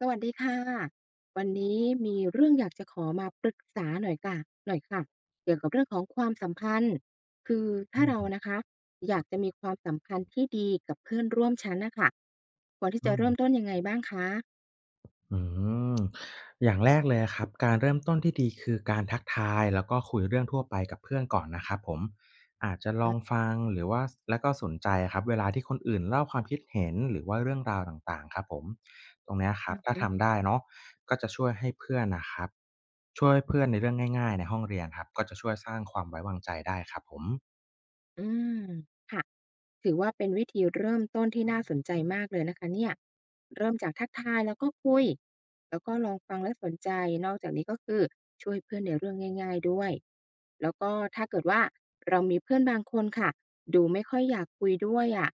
สวัสดีค่ะ วันนี้มีเรื่องอยากจะขอมาปรึกษาหน่อยค่ะหน่อยค่ะเกี่ยวกับเรื่องของความสัมพันธ์คือถ้าอืเรามนะคะอยากจะมีความสัมพันธ์ที่ดีกับเพื่อนร่วมชั้นน่ะค่ะควรที่อืจะมเริ่มต้นยังไงบ้างคะอืมอย่างแรกเลยอะครับการเริ่มต้นที่ดีคือการทักทายแล้วก็คุยเรื่องทั่วไปกับเพื่อนก่อนนะครับผมอาจจะลออะงฟังหรือว่าสแล้วก็สนใจอะครับเวลาที่คนอื่นเล่าความคิดเห็นหรือว่าเรื่องราวต่างๆครับผมตรงเนี้ยครัอืบอถ้าฮึทำได้เนาะก็จะช่วยให้เพื่อนน่ะครับช่วยเพื่อนในเรื่องง่ายๆในห้องเรียนครับก็จะช่วยสร้างความไว้วางใจได้ครับผมอืมค่ะ ถือว่าเป็นวิธีเริ่มต้นที่น่าสนใจมากเลยนะคะเนี่ยเริ่มจากทักทายแล้วก็คุยแล้วก็ลองฟังและสนใจนอกจากนี้ก็คือช่วยเพื่อนในเรื่องง่ายๆด้วยแล้วก็ถ้าเกิดว่าเรามีเพื่อนบางคนค่ะดูไม่ค่อยอยากคุยด้วยอะะ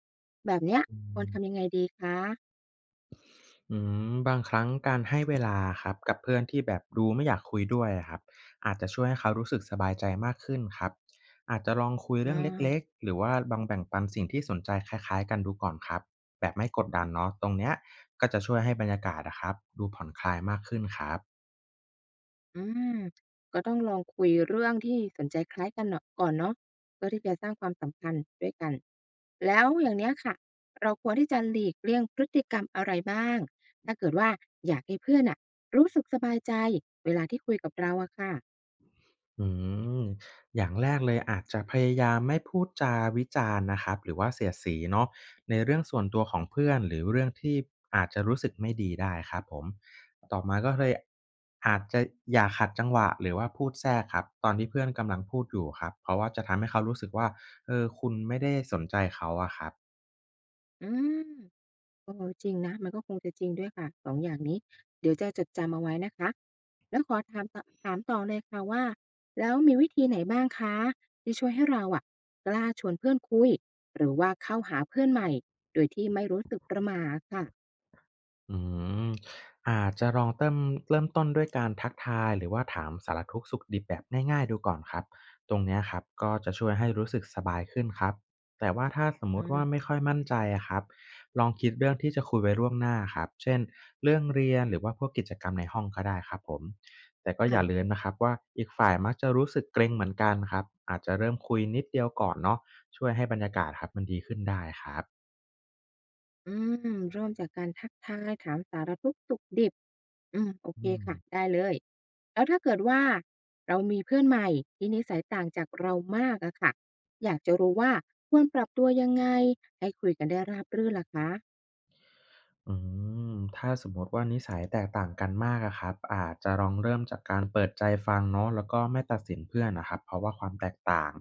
แบบเนี้ยอืควรม ทำยังไงดีคะอืบางครั้งการให้เวลาครับกับเพื่อนที่แบบดูไม่อยากคุยด้วยอะครับอาจจะช่วยให้เขารู้สึกสบายใจมากขึ้นครับอาจจะลองคุยอเรื่องเล็กา ๆหรือว่าบางแบ่งปันสิ่งที่สนใจคล้ายๆกันดูก่อนครับแบบไม่กดดันเนาะตรงเนี้ยก็จะช่วยให้บรรยากาศนะครับดูผ่อนคลายมากขึ้นครับ อืมก็ต้องลองคุยเรื่องที่สนใจคล้ายกันเนาะก่อนเนาะเพื่อที่จะสร้างความสัมพันธ์ด้วยกันแล้วอย่างเนี้ยค่ะเราควรที่จะหลีกเลี่ยงพฤติกรรมอะไรบ้างถ้าเกิดว่าอยากให้เพื่อนอะรู้สึกสบายใจเวลาที่คุยกับเราอะค่ะอืมอย่างแรกเลยอาจจะพยายามไม่พูดจาวิจารณ์นะครับหรือว่าเสียดสีเนาะในเรื่องส่วนตัวของเพื่อนหรือเรื่องที่อาจจะรู้สึกไม่ดีได้ครับผมต่อมาก็เลยอาจจะอย่าขัดจังหวะหรือว่าพูดแทรกครับตอนที่เพื่อนกำลังพูดอยู่ครับเพราะว่าจะทำให้เขารู้สึกว่าเออคุณไม่ได้สนใจเขาอะครับ อืม เออจริงนะมันก็คงจะจริงด้วยค่ะสองอย่างนี้เดี๋ยวจะจดจำเอาไว้นะคะแล้วขอถามต่อถามต่อเลยค่ะว่าแล้วมีวิธีไหนบ้างคะที่ช่วยให้เราอะกล้าชวนเพื่อนคุยหรือว่าเข้าหาเพื่อนใหม่โดยที่ไม่รู้สึกประหม่าอะค่ะอืมอาจจะลองเติมเริ่มต้นด้วยการทักทายหรือว่าถามสารทุกข์สุขดิบแบบง่ายๆดูก่อนครับตรงเนี้ยครับก็จะช่วยให้รู้สึกสบายขึ้นครับแต่ว่าถ้าสมมุติว่าอาไม่ค่อยมั่นใจอะครับลองคิดเรื่องที่จะคุยไว้ล่วงหน้าครับเช่นเรื่องเรียนหรือว่าพวกกิจกรรมในห้องก็ได้ครับผมแต่ก็อย่าลืค่ะมนะครับว่าอีกฝ่ายมักจะรู้สึกเกรงเหมือนกันครับอาจจะเริ่มคุยนิดเดียวก่อนเนาะช่วยให้บรรยากาศครับมันดีขึ้นได้ครับอืมเริ่มจากการทักทายถามสารทุกข์สุกดิบ อืมโอเคอืม ค่ะได้เลยแล้วถ้าเกิดว่าเรามีเพื่อนใหม่ที่นิสัยต่างจากเรามากอะค่ะอยากจะรู้ว่าควรปรับตัวยังไงให้คุยกันได้ราบรื่นล่ะคะอืถ้าสมมติว่านิสัยแตกต่างกันมากอะครับอาจจะลองเริ่มจากการเปิดใจฟังเนาะแล้วก็ไม่ตัดสินเพื่อนนะครับเพราะว่าความแตกต่าง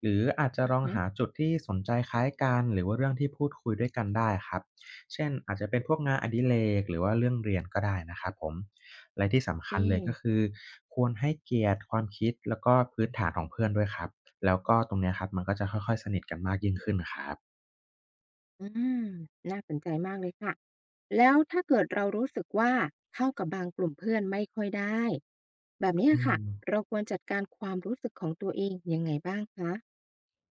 หรืออาจจะอือลองฮึหาจุดที่สนใจคล้ายกันหรือว่าเรื่องที่พูดคุยด้วยกันได้ครับเช่นอาจจะเป็นพวกงานอดิเรกหรือว่าเรื่องเรียนก็ได้นะครับผมและที่สำคัญเลเอ๊ะยก็คือควรให้เกียรติความคิดแล้วก็พื้นฐานของเพื่อนด้วยครับแล้วก็ตรงเนี้ยครับมันก็จะค่อยๆสนิทกันมากยิ่งขึ้นครับอืมน่าสนใจมากเลยค่ะแล้วถ้าเกิดเรารู้สึกว่าเข้ากับบางกลุ่มเพื่อนไม่ค่อยได้แบบเนี้ยอืม ค่ะเราควรจัดการความรู้สึกของตัวเองยังไงบ้างคะ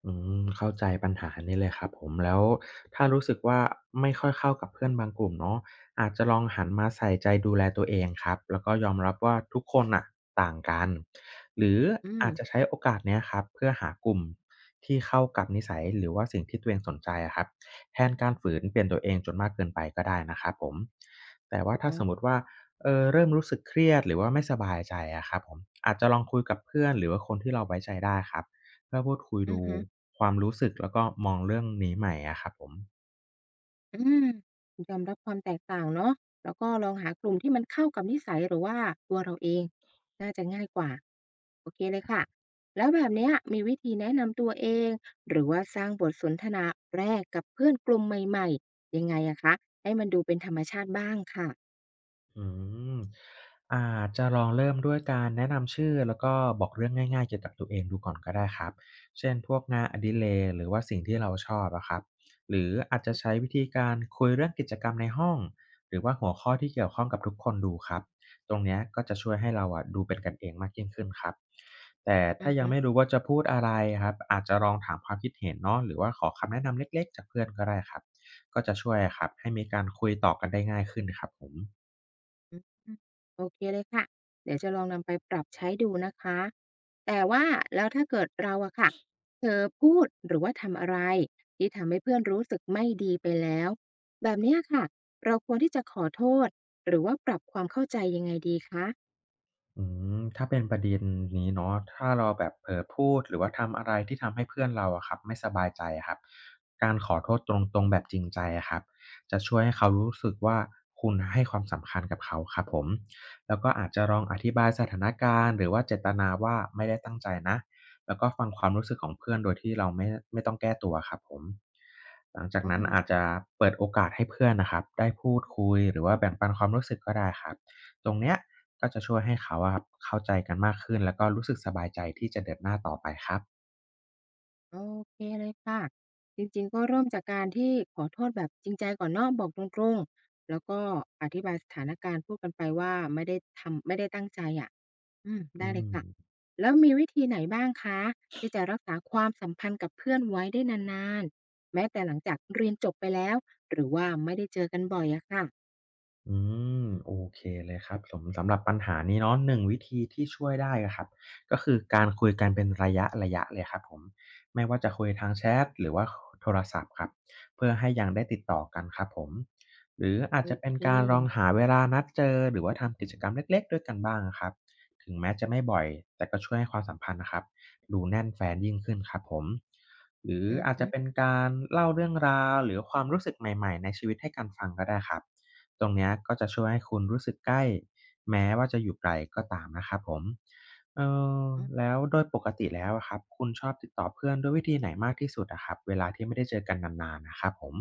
อืเข้าใจปัญหานี้เลยครับผมแล้วถ้ารู้สึกว่าไม่ค่อยเข้ากับเพื่อนบางกลุ่มเนาะอาจจะลองหันมาใส่ใจดูแลตัวเองครับแล้วก็ยอมรับว่าทุกคนน่ะต่างกันหรืออืมอาจจะใช้โอกาสเนี้ยครับเพื่อหากลุ่มที่เข้ากับนิสัยหรือว่าสิ่งที่ตัวเองสนใจอะครับแทนการฝืนเปลี่ยนตัวเองจนมากเกินไปก็ได้นะครับผมแต่ว่าอ๋ถ้าอสมมุติว่าเออเริ่มรู้สึกเครียดหรือว่าไม่สบายใจอะครับผมอาจจะลองคุยกับเพื่อนหรือว่าคนที่เราไว้ใจได้ครับ เพื่อพูดคุยอือดูฮึ ความรู้สึกแล้วก็มองเรื่องนี้ใหม่อะครับผม อมยอมรับความแตกต่างเนาะแล้วก็ลองหากลุ่มที่มันเข้ากับนิสัยหรือว่าตัวเราเองน่าจะง่ายกว่าโอเคเลยค่ะแล้วแบบเนี้ยมีวิธีแนะนำตัวเองหรือว่าสร้างบทสนทนาแรกกับเพื่อนกลุ่มใหม่ๆยังไงอะคะให้มันดูเป็นธรรมชาติบ้างค่ะอืมอาจจะลองเริ่มด้วยการแนะนำชื่อแล้วก็บอกเรื่องง่ายๆเกี่ยวกับตัวเองดูก่อนก็ได้ครับเช่นพวกงานอดิเรกหรือว่าสิ่งที่เราชอบอะครับหรืออาจจะใช้วิธีการคุยเรื่องกิจกรรมในห้องหรือว่าหัวข้อที่เกี่ยวข้องกับทุกคนดูครับตรงเนี้ยก็จะช่วยให้เราอะดูเป็นกันเองมากยิ่งขึ้นครับแต่อืถ้าอยังฮึ ไม่รู้ว่าจะพูดอะไรครับอาจจะลองถามความคิดเห็นเนาะหรือว่าขอคำแนะนำเล็กๆจากเพื่อนก็ได้ครับก็จะช่วยครับให้มีการคุยต่อกันได้ง่ายขึ้นครับผม อืมโอเคเลยค่ะเดี๋ยวจะลองนำไปปรับใช้ดูนะคะแต่ว่าแล้วถ้าเกิดเราอะค่ะเผลอพูดหรือว่าทำอะไรที่ทำให้เพื่อนรู้สึกไม่ดีไปแล้วแบบเนี้ยค่ะเราควรที่จะขอโทษหรือว่าปรับความเข้าใจยังไงดีคะอืมถ้าเป็นประเด็นนี้เนาะถ้าเราแบบเผลอพูดหรือว่าทำอะไรที่ทำให้เพื่อนเราอะครับไม่สบายใจอะครับการขอโทษตรงๆแบบจริงใจอะครับจะช่วยให้เขารู้สึกว่าคุณให้ความสำคัญกับเขาครับผมแล้วก็อาจจะลองอธิบายสถานการณ์หรือว่าเจตนาว่าไม่ได้ตั้งใจนะแล้วก็ฟังความรู้สึกของเพื่อนโดยที่เราไม่ต้องแก้ตัวครับผมหลังจากอ๋อนั้นอาจจะเปิดโอกาสให้เพื่อนนะครับได้พูดคุยหรือว่าแบ่งปันความรู้สึกก็ได้ครับ ตรงเนี้ยก็จะช่วยให้เขาอะครับเข้าใจกันมากขึ้นแล้วก็รู้สึกสบายใจที่จะเดินหน้าต่อไปครับโอเคเลยค่ะจริงๆก็เริ่มจากการที่ขอโทษแบบจริงใจก่อนเนาะบอกตรงๆแล้วก็อธิบายสถานการณ์พูดกันไปว่าไม่ได้ทำไม่ได้ตั้งใจอะ อืมอืได้เลยค่ะม แล้วมีวิธีไหนบ้างคะที่จะรักษาความสัมพันธ์กับเพื่อนไว้ได้นานๆแม้แต่หลังจากเรียนจบไปแล้วหรือว่าไม่ได้เจอกันบ่อยอะค่ะอืมโอเคเลยครับผมสำหรับปัญหานี้เนาะหนึ่งวิธีที่ช่วยได้อะครับก็คือการคุยกันเป็นระยะระยะเลยครับผมไม่ว่าจะคุยทางแชทหรือว่าโทรศัพท์ครับเพื่อให้ยังได้ติดต่อกันครับผมหรืออาจโอจะเป็นเคการลองหาเวลานัดเจอหรือว่าทำกิจกรรมเล็กๆด้วยกันบ้างครับถึงแม้จะไม่บ่อยแต่ก็ช่วยให้ความสัมพันธ์นะครับดูแน่นแฟนยิ่งขึ้นครับผมหรืออืออาจฮึจะเป็นการเล่าเรื่องราวหรือความรู้สึกใหม่ๆในชีวิตให้กันฟังก็ได้ครับ ตรงเนี้ยก็จะช่วยให้คุณรู้สึกใกล้แม้ว่าจะอยู่ไกลก็ตามนะครับผมเอออือแล้วโดยปกติแล้วอะครับคุณชอบติดต่อเพื่อนด้วยวิธีไหนมากที่สุดอะครับเวลาที่ไม่ได้เจอกันนานๆนะครับผม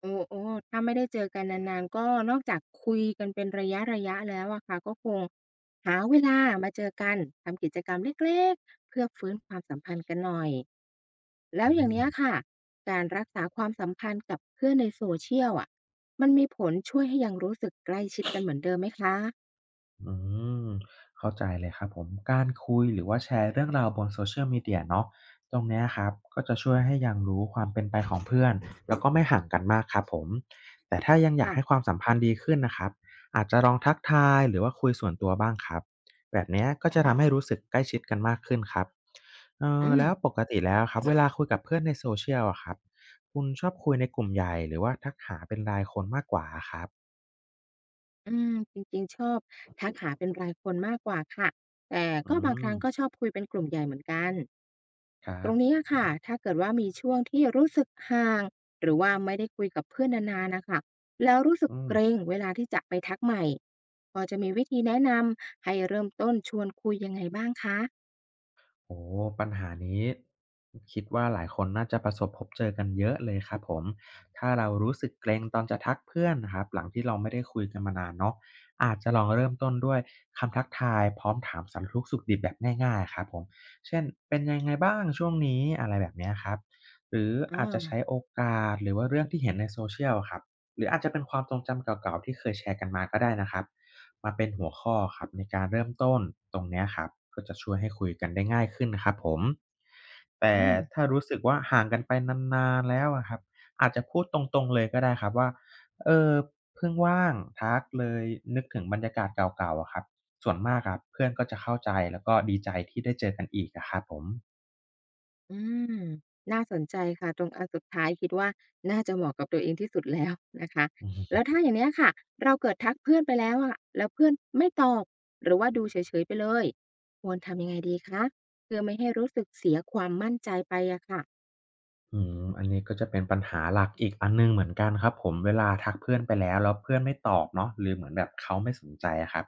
โอ้โอ้ถ้าไม่ได้เจอกันนานๆก็นอกจากคุยกันเป็นระยะๆแล้วอะค่ะก็คงหาเวลามาเจอกันทำกิจกรรมเล็กๆเพื่อฟื้นความสัมพันธ์กันหน่อย แล้วอย่างอืม เนี้ยค่ะการรักษาความสัมพันธ์กับเพื่อนในโซเชียลอะมันมีผลช่วยให้ยังรู้สึกใกล้ชิดกันเหมือนเดิมไหมคะอืมเข้าใจเลยครับผมการคุยหรือว่าแชร์เรื่องราวบน Social Media เนาะตรงเนี้ยครับก็จะช่วยให้ยังรู้ความเป็นไปของเพื่อนแล้วก็ไม่ห่างกันมากครับผมแต่ถ้ายังอยากค่ะให้ความสัมพันธ์ดีขึ้นนะครับอาจจะลองทักทายหรือว่าคุยส่วนตัวบ้างครับแบบเนี้ยก็จะทำให้รู้สึกใกล้ชิดกันมากขึ้นครับเออือมแล้วปกติแล้วครับเวลาคุยกับเพื่อนในโซเชียลอะครับคุณชอบคุยในกลุ่มใหญ่หรือว่าทักหาเป็นรายคนมากกว่าครับอืมจริงๆชอบทักหาเป็นรายคนมากกว่าค่ะแต่อืก็บางคมรั้งก็ชอบคุยเป็นกลุ่มใหญ่เหมือนกันครัตรบงนี้อะค่ะถ้าเกิดว่ามีช่วงที่รู้สึกห่างหรือว่าไม่ได้คุยกับเพื่อนนานๆนะคะแล้วรู้สึกอืม เกรงเวลาที่จะไปทักใหม่พอจะมีวิธีแนะนำให้เริ่มต้นชวนคุยยังไงบ้างคะโอ้ปัญหานี้คิดว่าหลายคนน่าจะประสบพบเจอกันเยอะเลยครับผมถ้าเรารู้สึกเกรงตอนจะทักเพื่อนนะครับหลังที่เราไม่ได้คุยกันมานานเนาะอาจจะลองเริ่มต้นด้วยคำทักทายพร้อมถามสารทุกข์สุขดิบแบบง่ายๆครับผมเช่นเป็นยังไงบ้างช่วงนี้อะไรแบบเนี้ยครับหรืออ้ออาจจะใช้โอกาสหรือว่าเรื่องที่เห็นในโซเชียลอะครับหรืออาจจะเป็นความทรงจำเก่าๆที่เคยแชร์กันมาก็ได้นะครับ มาเป็นหัวข้อครับในการเริ่มต้นตรงเนี้ยครับก็จะช่วยให้คุยกันได้ง่ายขึ้นครับผมแต่อืม ถ้ารู้สึกว่าห่างกันไปนานๆแล้วอะครับอาจจะพูดตรงๆเลยก็ได้ครับว่าเออเพิ่งว่างทักเลยนึกถึงบรรยากาศเก่าๆอะครับส่วนมากครับเพื่อนก็จะเข้าใจแล้วก็ดีใจที่ได้เจอกันอีกอะครับผมอืมน่าสนใจค่ะตรงอันสุดท้ายคิดว่าน่าจะเหมาะกับตัวเองที่สุดแล้วนะคะอือฮึ แล้วถ้าอย่างเนี้ยค่ะเราเกิดทักเพื่อนไปแล้วอะแล้วเพื่อนไม่ตอบหรือว่าดูเฉยๆไปเลยควรทำยังไงดีคะเพื่อไม่ให้รู้สึกเสียความมั่นใจไปอะค่ะอืมอันนี้ก็จะเป็นปัญหาหลักอีกอันหนึ่งเหมือนกันครับผมเวลาทักเพื่อนไปแล้วแล้วเพื่อนไม่ตอบเนาะหรือเหมือนแบบเขาไม่สนใจอะครับ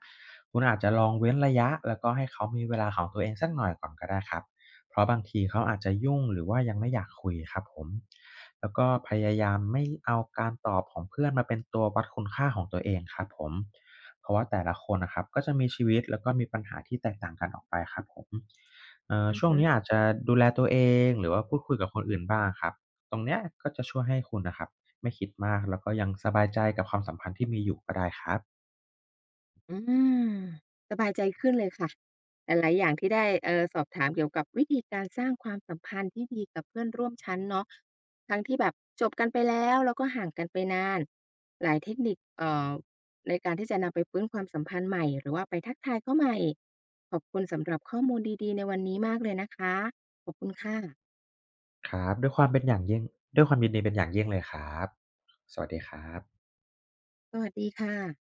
คุณอาจจะลองเว้นระยะแล้วก็ให้เขามีเวลาของตัวเองสักหน่อยก่อนก็ได้ครับ เพราะบางทีเขาอาจจะยุ่งหรือว่ายังไม่อยากคุยครับผมแล้วก็พยายามไม่เอาการตอบของเพื่อนมาเป็นตัววัดคุณค่าของตัวเองครับผมเพราะว่าแต่ละคนนะครับก็จะมีชีวิตแล้วก็มีปัญหาที่แตกต่างกันออกไปครับผมอือช่วงฮึ นี้อาจจะดูแลตัวเองหรือว่าพูดคุยกับคนอื่นบ้างครับตรงเนี้ยก็จะช่วยให้คุณน่ะครับไม่คิดมากแล้วก็ยังสบายใจกับความสัมพันธ์ที่มีอยู่ก็ได้ครับอืมสบายใจขึ้นเลยค่ะหลายๆอย่างที่ได้สอบถามเกี่ยวกับวิธีการสร้างความสัมพันธ์ที่ดีกับเพื่อนร่วมชั้นเนาะทั้งที่แบบจบกันไปแล้วแล้วก็ห่างกันไปนานหลายเทคนิคในการที่จะนำไปฟื้นความสัมพันธ์ใหม่หรือว่าไปทักทายเขาใหม่ขอบคุณสำหรับข้อมูลดีๆในวันนี้มากเลยนะคะขอบคุณค่ะครับด้วยความเป็นอย่างยิ่งด้วยความยินดีเป็นอย่างยิ่งเลยครับสวัสดีครับสวัสดีค่ะ